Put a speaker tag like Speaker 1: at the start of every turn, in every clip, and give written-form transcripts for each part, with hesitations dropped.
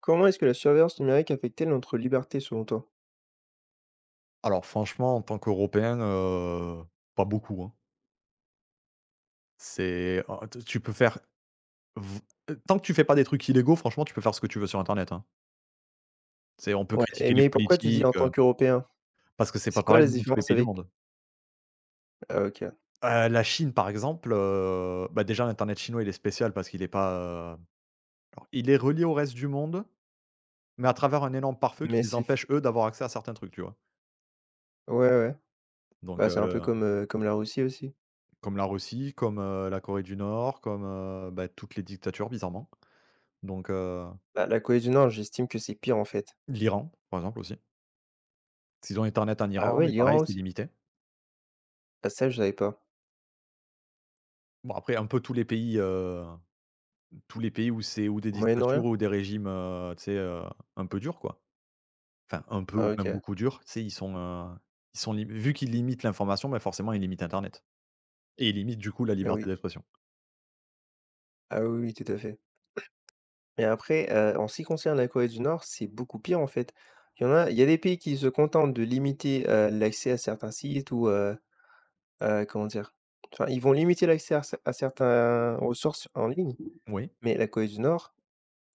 Speaker 1: Comment est-ce que la surveillance numérique affecte-t-elle notre liberté selon toi?
Speaker 2: Alors franchement, en tant qu'Européen, pas beaucoup, hein. C'est en t Tu peux faire v tant que tu fais pas des trucs illégaux, franchement, tu peux faire ce que tu veux sur internet, hein. C'est On peut
Speaker 1: Ouais, et
Speaker 2: critiquer les
Speaker 1: mais pourquoi tu dis
Speaker 2: politiques,
Speaker 1: en tant qu'Européen?
Speaker 2: parce que c'est pas
Speaker 1: C'est quoi
Speaker 2: pareil
Speaker 1: la
Speaker 2: dans tous les
Speaker 1: différence
Speaker 2: pays du
Speaker 1: avec?
Speaker 2: monde.
Speaker 1: Ah, OK.
Speaker 2: La Chine, par exemple, bah, déjà l'internet chinois, il est spécial parce qu'il est pas, alors il est relié au reste du monde, mais à travers un énorme pare-feu qui
Speaker 1: Mais
Speaker 2: les
Speaker 1: c'est
Speaker 2: empêche, eux, d'avoir accès à certains trucs, tu vois?
Speaker 1: ouais, ouais.
Speaker 2: Donc,
Speaker 1: Bah, c'est un
Speaker 2: le
Speaker 1: peu comme la Russie aussi.
Speaker 2: Comme la Russie, comme la Corée du Nord, comme bah, toutes les dictatures bizarrement. Donc, heu
Speaker 1: Bah, la Corée du Nord, j'estime que c'est pire en fait.
Speaker 2: L'Iran, par exemple, aussi. Parce ont internet en
Speaker 1: Ah
Speaker 2: Iran,
Speaker 1: ouais,
Speaker 2: mais pareil,
Speaker 1: l'Iran
Speaker 2: c'est
Speaker 1: aussi?
Speaker 2: limité.
Speaker 1: Ah ça, je savais pas.
Speaker 2: Bon, après, un peu tous les pays, tous les pays où c'est ou des
Speaker 1: Au
Speaker 2: dictatures
Speaker 1: Moyen-Orient?
Speaker 2: ou des régimes, tu sais, un peu durs, quoi. Enfin, un peu ou
Speaker 1: Ah,
Speaker 2: même
Speaker 1: OK.
Speaker 2: beaucoup durs, tu sais, ils sont, ils sont lim vu qu'ils limitent l'information, bah, forcément, ils limitent internet et ils limitent, du coup, la
Speaker 1: Ah
Speaker 2: liberté
Speaker 1: oui.
Speaker 2: d'expression.
Speaker 1: Ah oui, oui, tout à fait. Mais après, en ce qui concerne la Corée du Nord, c'est beaucoup pire en fait. Il y a des pays qui se contentent de limiter, l'accès à certains sites ou comment dire? Enfin, ils vont limiter l'accès à cer à certains ressources en ligne,
Speaker 2: Oui,
Speaker 1: mais la Corée du Nord,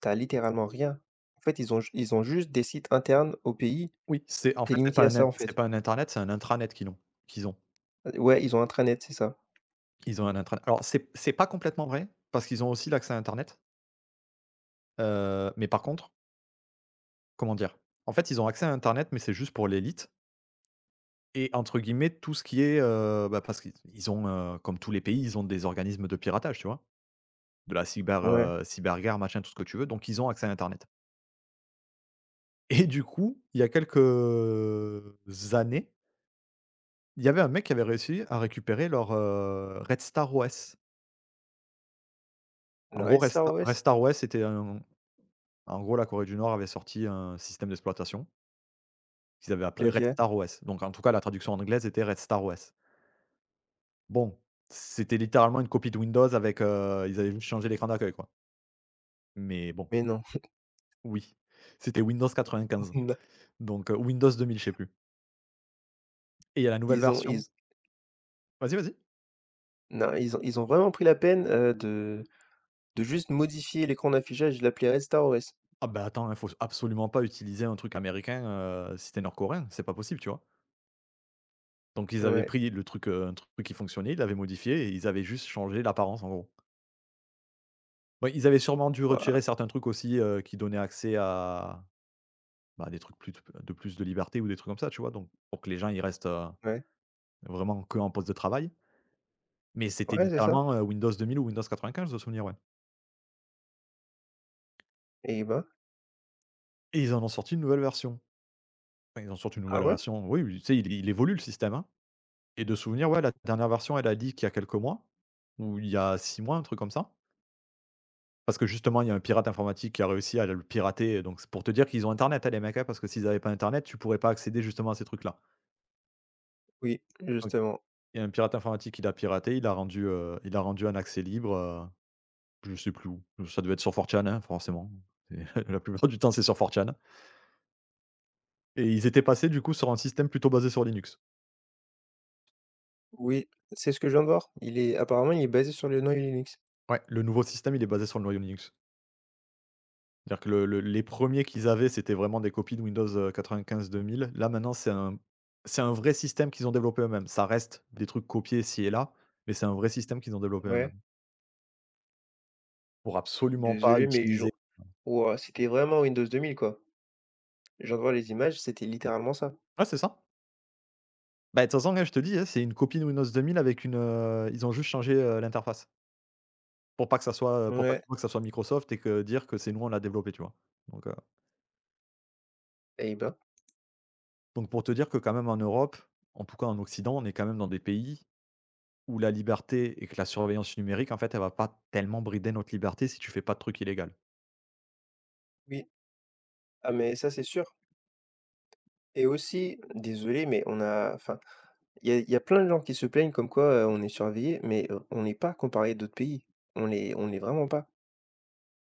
Speaker 1: t'as littéralement rien. En fait, ils ont juste des sites internes au pays.
Speaker 2: oui, c'est en
Speaker 1: T'es
Speaker 2: fait, c'est
Speaker 1: limité
Speaker 2: pas
Speaker 1: à
Speaker 2: un
Speaker 1: ça,
Speaker 2: int
Speaker 1: en
Speaker 2: c'est
Speaker 1: fait.
Speaker 2: pas un internet, c'est un intranet qu'ils ont.
Speaker 1: Ouais, ils ont intranet, c'est ça.
Speaker 2: Ils ont un intranet. Alors, c'est pas complètement vrai, parce qu'ils ont aussi l'accès à internet, mais par contre. Comment dire? En fait, ils ont accès à internet, mais c'est juste pour l'élite et entre guillemets tout ce qui est, bah, parce qu'ils ils ont, comme tous les pays, ils ont des organismes de piratage, tu vois? De la
Speaker 1: Ouais,
Speaker 2: cyberguerre, machin, tout ce que tu veux, donc ils ont accès à internet et du coup, il y a quelques années, il y avait un mec qui avait réussi à récupérer leur, Red Star OS. En
Speaker 1: le
Speaker 2: gros,
Speaker 1: Red Star
Speaker 2: Red
Speaker 1: OS?
Speaker 2: Star OS, c'était un en gros, la Corée du Nord avait sorti un système d'exploitation qu'ils avaient appelé Red
Speaker 1: OK,
Speaker 2: Star OS, donc en tout cas, la traduction anglaise était Red Star OS. Bon, c'était littéralement une copie de Windows avec, ils avaient juste changé l'écran d'accueil, quoi. Mais bon,
Speaker 1: mais non.
Speaker 2: oui, c'était Windows 95,
Speaker 1: Non.
Speaker 2: donc, Windows 2000, je sais plus, et il y a la nouvelle
Speaker 1: Ils ont
Speaker 2: version.
Speaker 1: ils
Speaker 2: Vas-y, vas-y.
Speaker 1: non, ils ont vraiment pris la peine, de juste modifier l'écran d'affichage, je l'appelais RestarOS.
Speaker 2: Ah bah, attends, hein, faut absolument pas utiliser un truc américain, si tu es nord-coréen, c'est pas possible, tu vois? Donc ils avaient
Speaker 1: Ouais,
Speaker 2: pris le truc, un truc qui fonctionnait, ils l'avaient modifié et ils avaient juste changé l'apparence, en gros. Bah, ils avaient sûrement dû
Speaker 1: waouh,
Speaker 2: retirer certains trucs aussi, qui donnaient accès à, bah, des trucs plus de liberté ou des trucs comme ça, tu vois? Donc pour que les gens, ils restent,
Speaker 1: ouais,
Speaker 2: vraiment qu'en poste de travail. Mais c'était
Speaker 1: ouais, c'est ça.
Speaker 2: littéralement, Windows 2000 ou Windows 95 de souvenir, ouais.
Speaker 1: Et bah,
Speaker 2: Et ils en ont sorti une nouvelle version. Enfin, ils en sortent une
Speaker 1: ah
Speaker 2: nouvelle
Speaker 1: ouais?
Speaker 2: version, oui, oui, tu sais, il évolue le système, hein. Et de souvenir, ouais, la dernière version, elle a dit qu'il y a quelques mois ou il y a 6 mois, un truc comme ça. Parce que justement, il y a un pirate informatique qui a réussi à le pirater, donc c'est pour te dire qu'ils ont internet, hein, les mecs, hein, parce que s'ils avaient pas internet, tu pourrais pas accéder justement à ces trucs-là.
Speaker 1: Oui,
Speaker 2: OK.
Speaker 1: justement.
Speaker 2: Il y a un pirate informatique qui l'a piraté, il a rendu un accès libre, je sais plus où. Ça devait être sur 4chan, hein, forcément. C'est la plupart du temps, c'est sur 4chan. Et ils étaient passés du coup sur un système plutôt basé sur Linux.
Speaker 1: Oui, c'est ce que je viens de voir. Il est apparemment, il est basé sur le noyau Linux.
Speaker 2: Ouais. Le nouveau système, il est basé sur le noyau Linux. C'est-à-dire que le les premiers qu'ils avaient, c'était vraiment des copies de Windows, 95-2000. Là, maintenant, c'est un vrai système qu'ils ont développé eux-mêmes. Ça reste des trucs copiés ci et là, mais c'est un vrai système qu'ils ont développé eux-mêmes
Speaker 1: Ouais,
Speaker 2: pour absolument pas
Speaker 1: désolé, mais ils
Speaker 2: utiliser.
Speaker 1: ont waouh, c'était vraiment Windows 2000, quoi. Je viens de voir les images, c'était littéralement ça.
Speaker 2: Ouais, c'est ça. Bah, de toute façon, ouais, je te dis, hein, c'est une copie de Windows 2000 avec une, ils ont juste changé, l'interface pour pas que ça soit, pour pas que
Speaker 1: Ouais,
Speaker 2: tu vois que ça soit Microsoft et que dire que c'est nous, on l'a développé, tu vois? Donc heu
Speaker 1: et bah,
Speaker 2: Donc pour te dire que quand même en Europe, en tout cas en Occident, on est quand même dans des pays où la liberté et que la surveillance numérique, en fait, elle va pas tellement brider notre liberté si tu fais pas de trucs illégaux.
Speaker 1: oui. Ah mais ça, c'est sûr. Et aussi, désolé, mais on a enfin, il y a plein de gens qui se plaignent comme quoi, on est surveillé, mais on n'est pas comparé à d'autres pays. On l'est vraiment pas.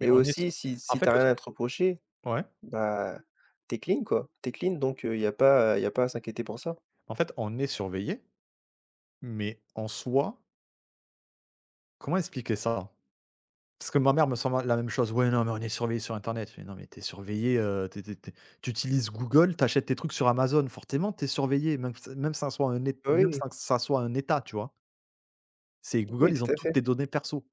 Speaker 2: Mais
Speaker 1: Et
Speaker 2: on est
Speaker 1: aussi, si
Speaker 2: en
Speaker 1: t'as
Speaker 2: fait, le
Speaker 1: rien
Speaker 2: truc
Speaker 1: à te reprocher,
Speaker 2: ouais,
Speaker 1: bah, t'es clean, quoi. T'es clean, donc il y a pas à s'inquiéter pour ça.
Speaker 2: en fait, on est surveillé, mais en soi, comment expliquer ça? Parce que ma mère me semble la même chose: «Ouais, non, mais on est surveillé sur internet». Je fais: «Non, mais t'es surveillé, tu es tu utilises Google, t'achètes tes trucs sur Amazon, forcément t'es surveillé, même si ça soit un ét
Speaker 1: Bah,
Speaker 2: même
Speaker 1: oui,
Speaker 2: ça soit un État», tu vois? C'est
Speaker 1: oui,
Speaker 2: Google, ils ont
Speaker 1: tout à
Speaker 2: toutes
Speaker 1: fait.
Speaker 2: tes données perso,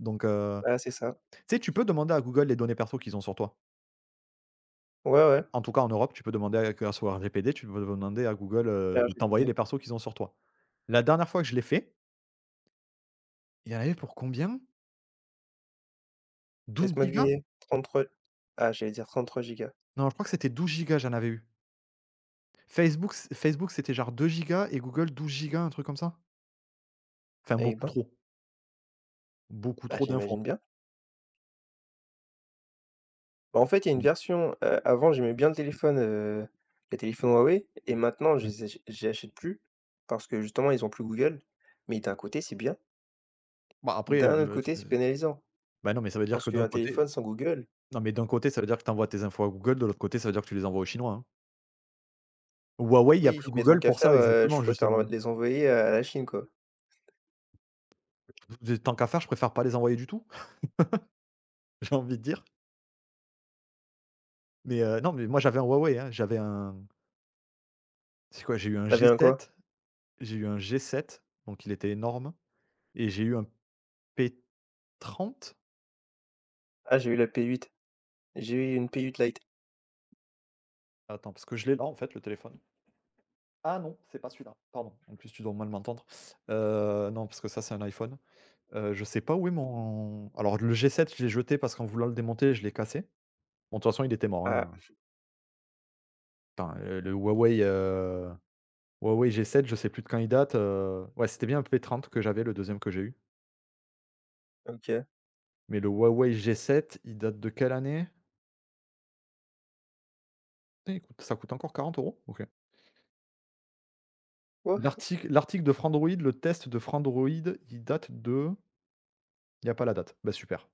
Speaker 2: donc heu.
Speaker 1: Bah, c'est ça.
Speaker 2: Tu sais, tu peux demander à Google les données perso qu'ils ont sur toi.
Speaker 1: Ouais,
Speaker 2: Ah.
Speaker 1: ouais,
Speaker 2: En tout cas, en Europe, tu peux demander à grâce au RGPD, tu peux demander à Google, de t'envoyer
Speaker 1: ChatGPT.
Speaker 2: les persos qu'ils ont sur toi. La dernière fois que je l'ai fait, il y en avait pour combien? douze
Speaker 1: Laisse-moi
Speaker 2: gigas
Speaker 1: deviner, 33, ah, j'allais dire 33 gigas.
Speaker 2: Non, je crois que c'était 12 gigas j'en avais eu. Facebook, c'était genre 2 gigas et Google 12 gigas, un truc comme ça? Enfin,
Speaker 1: Eh ben,
Speaker 2: beaucoup
Speaker 1: bah,
Speaker 2: trop d'infos.
Speaker 1: j'imagine bien. Bah, en fait, il y a une
Speaker 2: Bon,
Speaker 1: version, avant j'aimais bien le téléphone, les téléphones Huawei et maintenant je
Speaker 2: ouais.
Speaker 1: les ach j'y achète plus parce que justement ils ont plus Google. Mais d'un côté c'est bien,
Speaker 2: Bah, après,
Speaker 1: d'un autre côté c'est pénalisant
Speaker 2: bah, non, mais ça veut dire
Speaker 1: parce
Speaker 2: que d'un
Speaker 1: qu'un
Speaker 2: côté,
Speaker 1: téléphone sans Google,
Speaker 2: non, mais d'un côté, ça veut dire que tu envoies tes infos à Google, de l'autre côté, ça veut dire que tu les envoies aux Chinois, hein. Huawei, il y a
Speaker 1: oui,
Speaker 2: plus
Speaker 1: mais tant
Speaker 2: Google
Speaker 1: qu'à
Speaker 2: pour
Speaker 1: faire,
Speaker 2: ça,
Speaker 1: je
Speaker 2: exactement,
Speaker 1: préfère l'en
Speaker 2: justement.
Speaker 1: les envoyer à la Chine, quoi.
Speaker 2: Des tant qu'à faire, je préfère pas les envoyer du tout, j'ai envie de dire. Mais non, mais moi j'avais un Huawei, hein, j'avais un c'est quoi?
Speaker 1: T'avais un quoi?
Speaker 2: J'ai eu un g sept, donc il était énorme et j'ai eu un p trente.
Speaker 1: Ah, j'ai eu la P8, j'ai eu une P8 Lite.
Speaker 2: Attends, parce que je l'ai là, en fait, le téléphone. Ah non, c'est pas celui-là, pardon. En plus, tu dois mal m'entendre. Non, parce que ça, c'est un iPhone. Je sais pas où est mon alors le g sept, je l'ai jeté parce qu'en voulant le démonter, je l'ai cassé. Bon, de toute façon, il était mort, hein.
Speaker 1: Ah,
Speaker 2: Enfin, le Huawei, Huawei G7, je sais plus de quand il date, ouais, c'était bien un p trente que j'avais, le deuxième que j'ai eu,
Speaker 1: OK.
Speaker 2: mais le Huawei G7, il date de quelle année? Putain, il coûte ça coûte encore 40 euros. OK.
Speaker 1: Quoi?
Speaker 2: L'article de Frandroid, le test de Frandroid, il date de, il y a pas la date. Bah, super,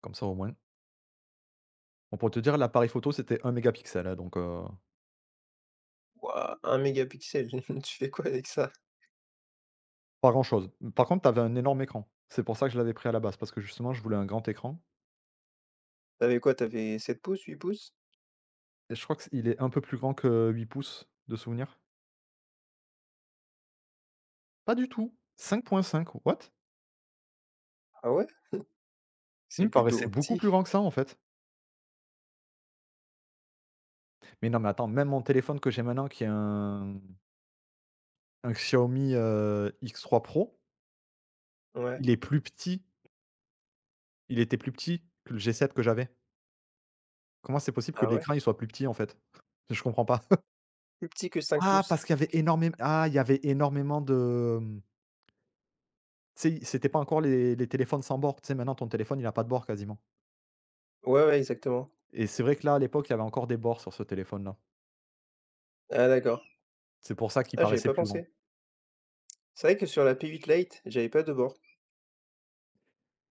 Speaker 2: comme ça au moins. On pour te dire, l'appareil photo, c'était un mégapixel, hein, donc
Speaker 1: Waouh, un mégapixel, tu fais quoi avec ça?
Speaker 2: pas grand-chose. Par contre, tu avais un énorme écran. C'est pour ça que je l'avais pris à la base, parce que justement, je voulais un grand écran
Speaker 1: T'avais quoi? T'avais 7 pouces, 8 pouces?
Speaker 2: et je crois que il est un peu plus grand que 8 pouces, de souvenir. Pas du tout, cinq virgule cinq. What?
Speaker 1: Ah ouais?
Speaker 2: Il
Speaker 1: C'est
Speaker 2: me paraissait
Speaker 1: plutôt
Speaker 2: beaucoup
Speaker 1: petit.
Speaker 2: plus grand que ça, en fait. Mais non, mais attends, même mon téléphone que j'ai maintenant qui est un Xiaomi, X3 Pro,
Speaker 1: Ouais.
Speaker 2: il est plus petit il était plus petit que le G7 que j'avais. Comment c'est possible que
Speaker 1: Ah ouais?
Speaker 2: l'écran, il soit plus petit, en fait? Je comprends pas.
Speaker 1: Plus petit que 5
Speaker 2: Ah,
Speaker 1: pouces.
Speaker 2: parce qu'il y avait énormément ah, il y avait énormément de, tu sais, c'était pas encore les téléphones sans bord. Tu sais, maintenant ton téléphone, il a pas de bord quasiment
Speaker 1: Ouais, ouais, exactement.
Speaker 2: et c'est vrai que là, à l'époque, il y avait encore des bords sur ce téléphone-là.
Speaker 1: Ah d'accord.
Speaker 2: C'est pour ça qu'il
Speaker 1: Ah, j'avais
Speaker 2: paraissait
Speaker 1: pas
Speaker 2: plus grand.
Speaker 1: pensé. C'est vrai que sur la P8 Lite, j'avais pas de bord.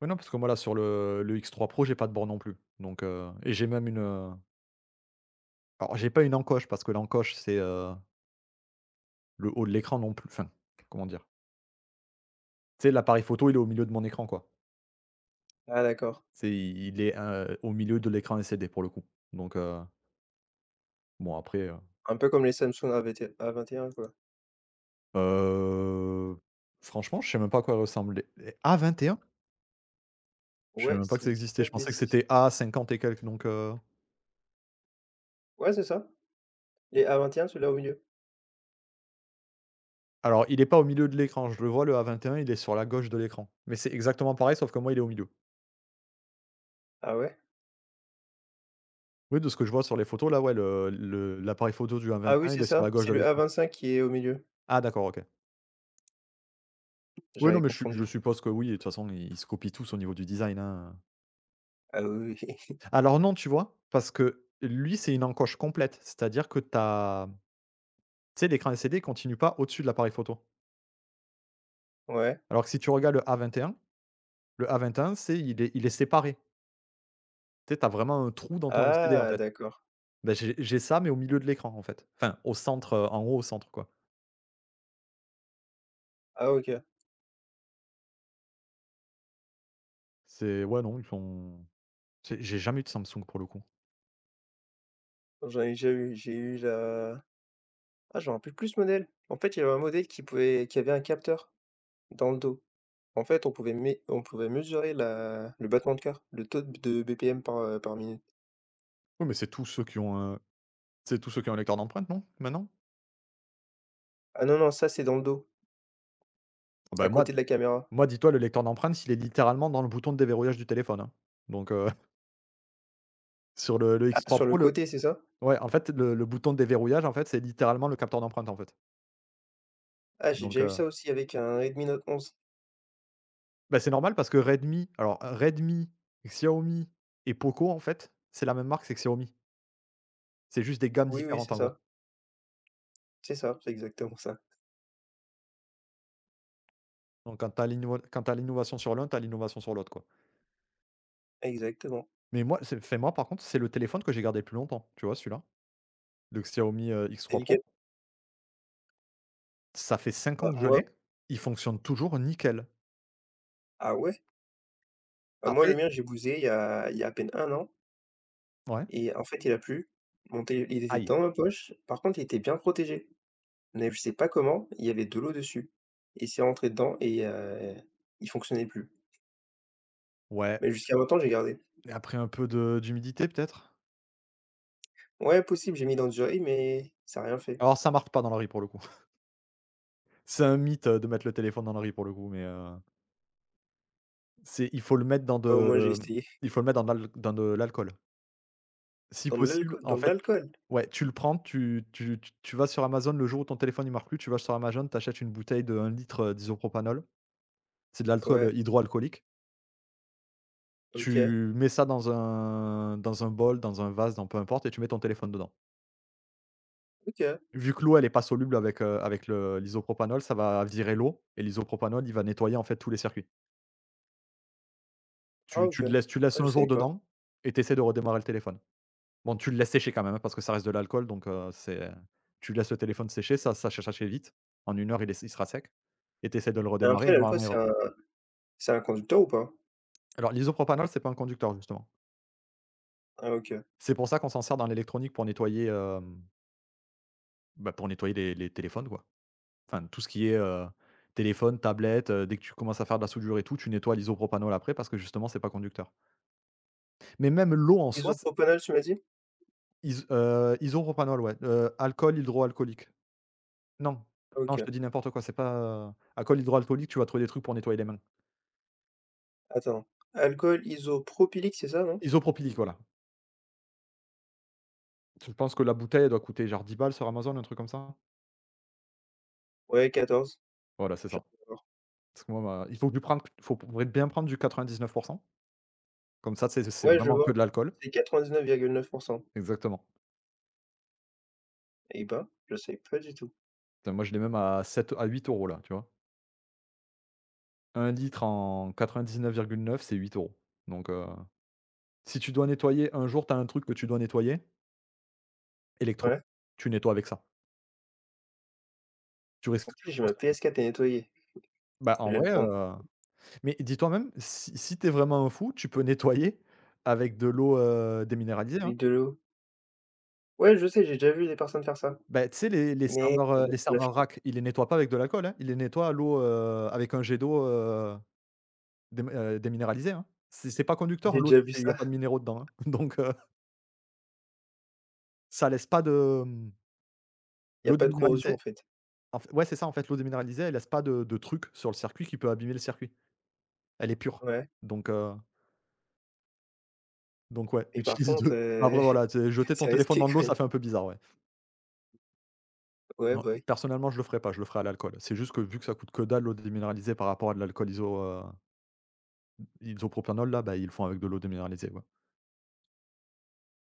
Speaker 2: Ouais, non, parce que moi, là, sur le X3 Pro, j'ai pas de bord non plus, donc et j'ai même une, heu. Alors, j'ai pas une encoche parce que l'encoche, c'est, le haut de l'écran non plus, enfin, comment dire? Tu sais, l'appareil photo, il est au milieu de mon écran, quoi.
Speaker 1: Ah d'accord.
Speaker 2: C'est il est, au milieu de l'écran LCD, pour le coup. Donc, bon, après,
Speaker 1: Un peu comme les Samsung A21, A21, quoi.
Speaker 2: heu, franchement, je sais même pas à quoi elle ressemble, les a vingt et un. Je sais
Speaker 1: Ouais,
Speaker 2: même pas que
Speaker 1: si
Speaker 2: ça
Speaker 1: je dis
Speaker 2: existait.
Speaker 1: pas
Speaker 2: Je
Speaker 1: de
Speaker 2: pensais que
Speaker 1: bêtises.
Speaker 2: c'était a cinquante et quelques, donc, heu,
Speaker 1: Ouais, c'est ça. Les A21, celui-là au milieu.
Speaker 2: alors, il est pas au milieu de l'écran, je le vois, le a vingt et un il est sur la gauche de l'écran. Mais c'est exactement pareil, sauf que moi, il est au milieu.
Speaker 1: Ah ouais?
Speaker 2: Oui, de ce que je vois sur les photos, là, ouais, le l'appareil photo du a vingt
Speaker 1: Ah oui,
Speaker 2: et un, il
Speaker 1: c'est
Speaker 2: est sur la
Speaker 1: ça.
Speaker 2: gauche
Speaker 1: C'est
Speaker 2: de
Speaker 1: le
Speaker 2: l'écran.
Speaker 1: A25 qui est au milieu.
Speaker 2: Ah d'accord, OK. Oui, non,
Speaker 1: J'avais
Speaker 2: mais je
Speaker 1: confondu.
Speaker 2: suppose que oui, de toute façon, ils se copient tous au niveau du design, hein.
Speaker 1: Ah oui, oui.
Speaker 2: Alors non, tu vois? Parce que lui, c'est une encoche complète, c'est-à-dire que t'as, tu sais, l'écran LCD continue pas au-dessus de l'appareil photo.
Speaker 1: Ouais.
Speaker 2: Alors que si tu regardes le A21, le A21, c'est il est séparé. Tu sais, t'as vraiment un trou dans ton LCD, en
Speaker 1: Ah
Speaker 2: fait.
Speaker 1: d'accord.
Speaker 2: Ben j'ai ça, mais au milieu de l'écran, en fait. Enfin, au centre, en haut, au centre, quoi.
Speaker 1: Ah, OK.
Speaker 2: C'est ouais, non, ils font c'est j'ai jamais eu de Samsung, pour le coup.
Speaker 1: J'en ai déjà eu. J'ai eu la Ah, je me rappelle plus ce modèle. En fait, il y avait un modèle qui avait un capteur. Dans le dos. En fait, on pouvait mesurer la le battement de cœur, le taux de BPM par minute.
Speaker 2: Oui, mais c'est tous ceux qui ont un c'est tous ceux qui ont un lecteur d'empreintes, non, maintenant?
Speaker 1: Ah non, non, ça, c'est dans le dos,
Speaker 2: Ah
Speaker 1: à
Speaker 2: ben moi.
Speaker 1: côté de la caméra.
Speaker 2: Moi, dis-toi, le lecteur d'empreintes, il est littéralement dans le bouton de déverrouillage du téléphone, hein. Donc sur le
Speaker 1: Ah,
Speaker 2: X3
Speaker 1: sur le
Speaker 2: Pro, le
Speaker 1: côté, c'est ça?
Speaker 2: ouais, en fait, le bouton de déverrouillage, en fait, c'est littéralement le capteur d'empreinte, en fait.
Speaker 1: Ah, j'ai
Speaker 2: Donc
Speaker 1: déjà eu ça aussi avec un Redmi Note 11.
Speaker 2: bah, c'est normal parce que Redmi alors Redmi, Xiaomi et POCO, en fait, c'est la même marque, c'est Xiaomi. C'est juste des gammes
Speaker 1: Oui, oui,
Speaker 2: différentes,
Speaker 1: c'est
Speaker 2: en
Speaker 1: ça,
Speaker 2: gros.
Speaker 1: c'est ça, c'est exactement ça,
Speaker 2: Donc quand tu as quand tu l'innovation sur l'un, tu as l'innovation sur l'autre, quoi.
Speaker 1: exactement.
Speaker 2: Mais moi, c'est enfin, moi, par contre, c'est le téléphone que j'ai gardé le plus longtemps, tu vois, celui-là, le Xiaomi,
Speaker 1: Et
Speaker 2: X3
Speaker 1: lequel?
Speaker 2: Pro. Ça fait 5
Speaker 1: Bah,
Speaker 2: ans que je
Speaker 1: moi
Speaker 2: l'ai, il fonctionne toujours nickel.
Speaker 1: ah ouais? Bah, moi, le
Speaker 2: Après
Speaker 1: mien, j'ai bousillé il y a à peine un an
Speaker 2: ouais?
Speaker 1: et en fait, il a plu. Mon télé, il était
Speaker 2: Ail.
Speaker 1: dans ma poche, par contre, il était bien protégé, mais je sais pas comment, il y avait de l'eau dessus et c'est rentré dedans et il fonctionnait plus.
Speaker 2: Ouais,
Speaker 1: Mais jusqu'à 20 ans, j'ai gardé.
Speaker 2: et après un peu de d'humidité peut-être?
Speaker 1: Ouais, possible, j'ai mis dans du riz, mais ça a rien fait.
Speaker 2: Alors ça marche pas dans le riz pour le coup. C'est un mythe, de mettre le téléphone dans le riz pour le coup, mais c'est il faut le mettre dans
Speaker 1: Au moins, j'ai
Speaker 2: de,
Speaker 1: essayé.
Speaker 2: il faut le mettre dans de l'al dans de l'alcool. Si
Speaker 1: Dans de
Speaker 2: possible,
Speaker 1: l'alcool, dans
Speaker 2: en
Speaker 1: de
Speaker 2: fait
Speaker 1: l'alcool?
Speaker 2: ouais, tu le prends, tu vas sur Amazon le jour où ton téléphone il marche plus, tu vas sur Amazon, tu achètes une bouteille de un litre, d'isopropanol. C'est de l'alcool,
Speaker 1: Ouais,
Speaker 2: hydroalcoolique.
Speaker 1: OK,
Speaker 2: Tu mets ça dans un bol, dans un vase, dans peu importe, et tu mets ton téléphone dedans.
Speaker 1: OK.
Speaker 2: Vu que l'eau, elle est pas soluble avec, avec le l'isopropanol, ça va virer l'eau, et l'isopropanol, il va nettoyer, en fait, tous les circuits.
Speaker 1: Ah,
Speaker 2: Tu
Speaker 1: OK.
Speaker 2: tu le laisses
Speaker 1: Ah, je
Speaker 2: un
Speaker 1: savais
Speaker 2: jour
Speaker 1: pas.
Speaker 2: dedans, et tu essaies de redémarrer le téléphone. Bon, tu le laisses sécher quand même, hein, parce que ça reste de l'alcool, donc c'est tu laisses le téléphone sécher, ça sèche assez vite. En une heure, il est il sera sec, et tu essaies de le
Speaker 1: Et
Speaker 2: redémarrer,
Speaker 1: après,
Speaker 2: et
Speaker 1: l'alcool,
Speaker 2: normalement, il
Speaker 1: c'est
Speaker 2: reprend.
Speaker 1: un conducteur ou pas?
Speaker 2: Alors l'isopropanol, c'est pas un conducteur, justement.
Speaker 1: Ah, OK.
Speaker 2: C'est pour ça qu'on s'en sert dans l'électronique pour nettoyer, bah, pour nettoyer les téléphones, quoi. Enfin, tout ce qui est, téléphone, tablette, dès que tu commences à faire de la soudure et tout, tu nettoies l'isopropanol après parce que justement, c'est pas conducteur. Mais même l'eau en soi, c
Speaker 1: Isopropanol, tu m'as dit?
Speaker 2: is isopropanol, ouais, alcool hydroalcoolique. Non, non, je
Speaker 1: OK.
Speaker 2: te dis n'importe quoi, c'est pas, alcool hydroalcoolique, tu vas trouver des trucs pour nettoyer les mains.
Speaker 1: Attends. Alcool isopropylique, c'est ça, non?
Speaker 2: Isopropylique, voilà. Je pense que la bouteille, elle doit coûter genre dix balles sur Amazon, un truc comme ça?
Speaker 1: Ouais, 14.
Speaker 2: Voilà, c'est
Speaker 1: Je
Speaker 2: ça.
Speaker 1: viens de voir.
Speaker 2: Parce que moi, ma il faut du prendre faut bien prendre du 99%. Comme ça, c'est
Speaker 1: Ouais, je
Speaker 2: vraiment que
Speaker 1: vois.
Speaker 2: de l'alcool.
Speaker 1: C'est 99,9.
Speaker 2: Exactement.
Speaker 1: Eh ben, je sais pas du tout.
Speaker 2: Putain, moi, je l'ai même à 7 à 8 € là, tu vois? Un litre en 99,9, c'est 8 euros. Donc, si tu dois nettoyer un jour, tu as un truc que tu dois nettoyer, électronique,
Speaker 1: Ouais.
Speaker 2: tu nettoies avec ça. Tu risques
Speaker 1: En plus,
Speaker 2: pas de
Speaker 1: j'ai ma
Speaker 2: court-circuit.
Speaker 1: PS4 à nettoyer.
Speaker 2: Bah, en
Speaker 1: Je vais le
Speaker 2: vrai,
Speaker 1: prendre
Speaker 2: mais dis-toi même, si si tu vraiment un fou, tu peux nettoyer avec de l'eau, déminéralisée, hein.
Speaker 1: avec de l'eau. Ouais, je sais, j'ai déjà vu des personnes faire ça.
Speaker 2: Bah, tu sais les
Speaker 1: Mais
Speaker 2: serveurs,
Speaker 1: ça
Speaker 2: les
Speaker 1: dépend de la
Speaker 2: serveurs
Speaker 1: chance.
Speaker 2: rack, ils les nettoient pas avec de l'alcool, hein. Ils les nettoient à l'eau, avec un jet d'eau, déminéralisée, hein. C'est pas conducteur
Speaker 1: J'ai
Speaker 2: l'eau,
Speaker 1: déjà
Speaker 2: si
Speaker 1: vu
Speaker 2: il y a
Speaker 1: ça,
Speaker 2: pas de minéraux dedans, hein. Donc, ça laisse pas de, mmh
Speaker 1: il y a
Speaker 2: l'eau
Speaker 1: pas de corrosion en
Speaker 2: déminéralisée.
Speaker 1: fait.
Speaker 2: En f ouais, c'est ça, en fait, l'eau déminéralisée, elle laisse pas de truc sur le circuit qui peut abîmer le circuit. Elle est pure.
Speaker 1: Ouais.
Speaker 2: Donc heu, donc ouais,
Speaker 1: Et par
Speaker 2: utilise
Speaker 1: contre,
Speaker 2: deux bah, après voilà, tu sais, jeter ton
Speaker 1: c'est
Speaker 2: téléphone
Speaker 1: risqué
Speaker 2: dans de
Speaker 1: quand
Speaker 2: l'eau,
Speaker 1: même.
Speaker 2: ça fait un peu bizarre, ouais.
Speaker 1: Ouais,
Speaker 2: Non,
Speaker 1: bah, oui.
Speaker 2: personnellement, je le ferais pas, je le ferais à l'alcool. C'est juste que vu que ça coûte que dalle l'eau déminéralisée par rapport à de l'alcool iso, isopropanol là, bah, ils le font avec de l'eau déminéralisée, ouais.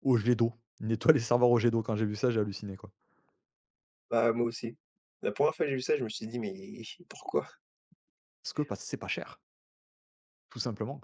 Speaker 2: Au jet d'eau, nettoie les serveurs au jet d'eau, quand j'ai vu ça, j'ai halluciné, quoi.
Speaker 1: Bah, moi aussi. La première fois que j'ai vu ça, je me suis dit: «Mais pourquoi?»
Speaker 2: Parce que c'est pas cher, tout simplement.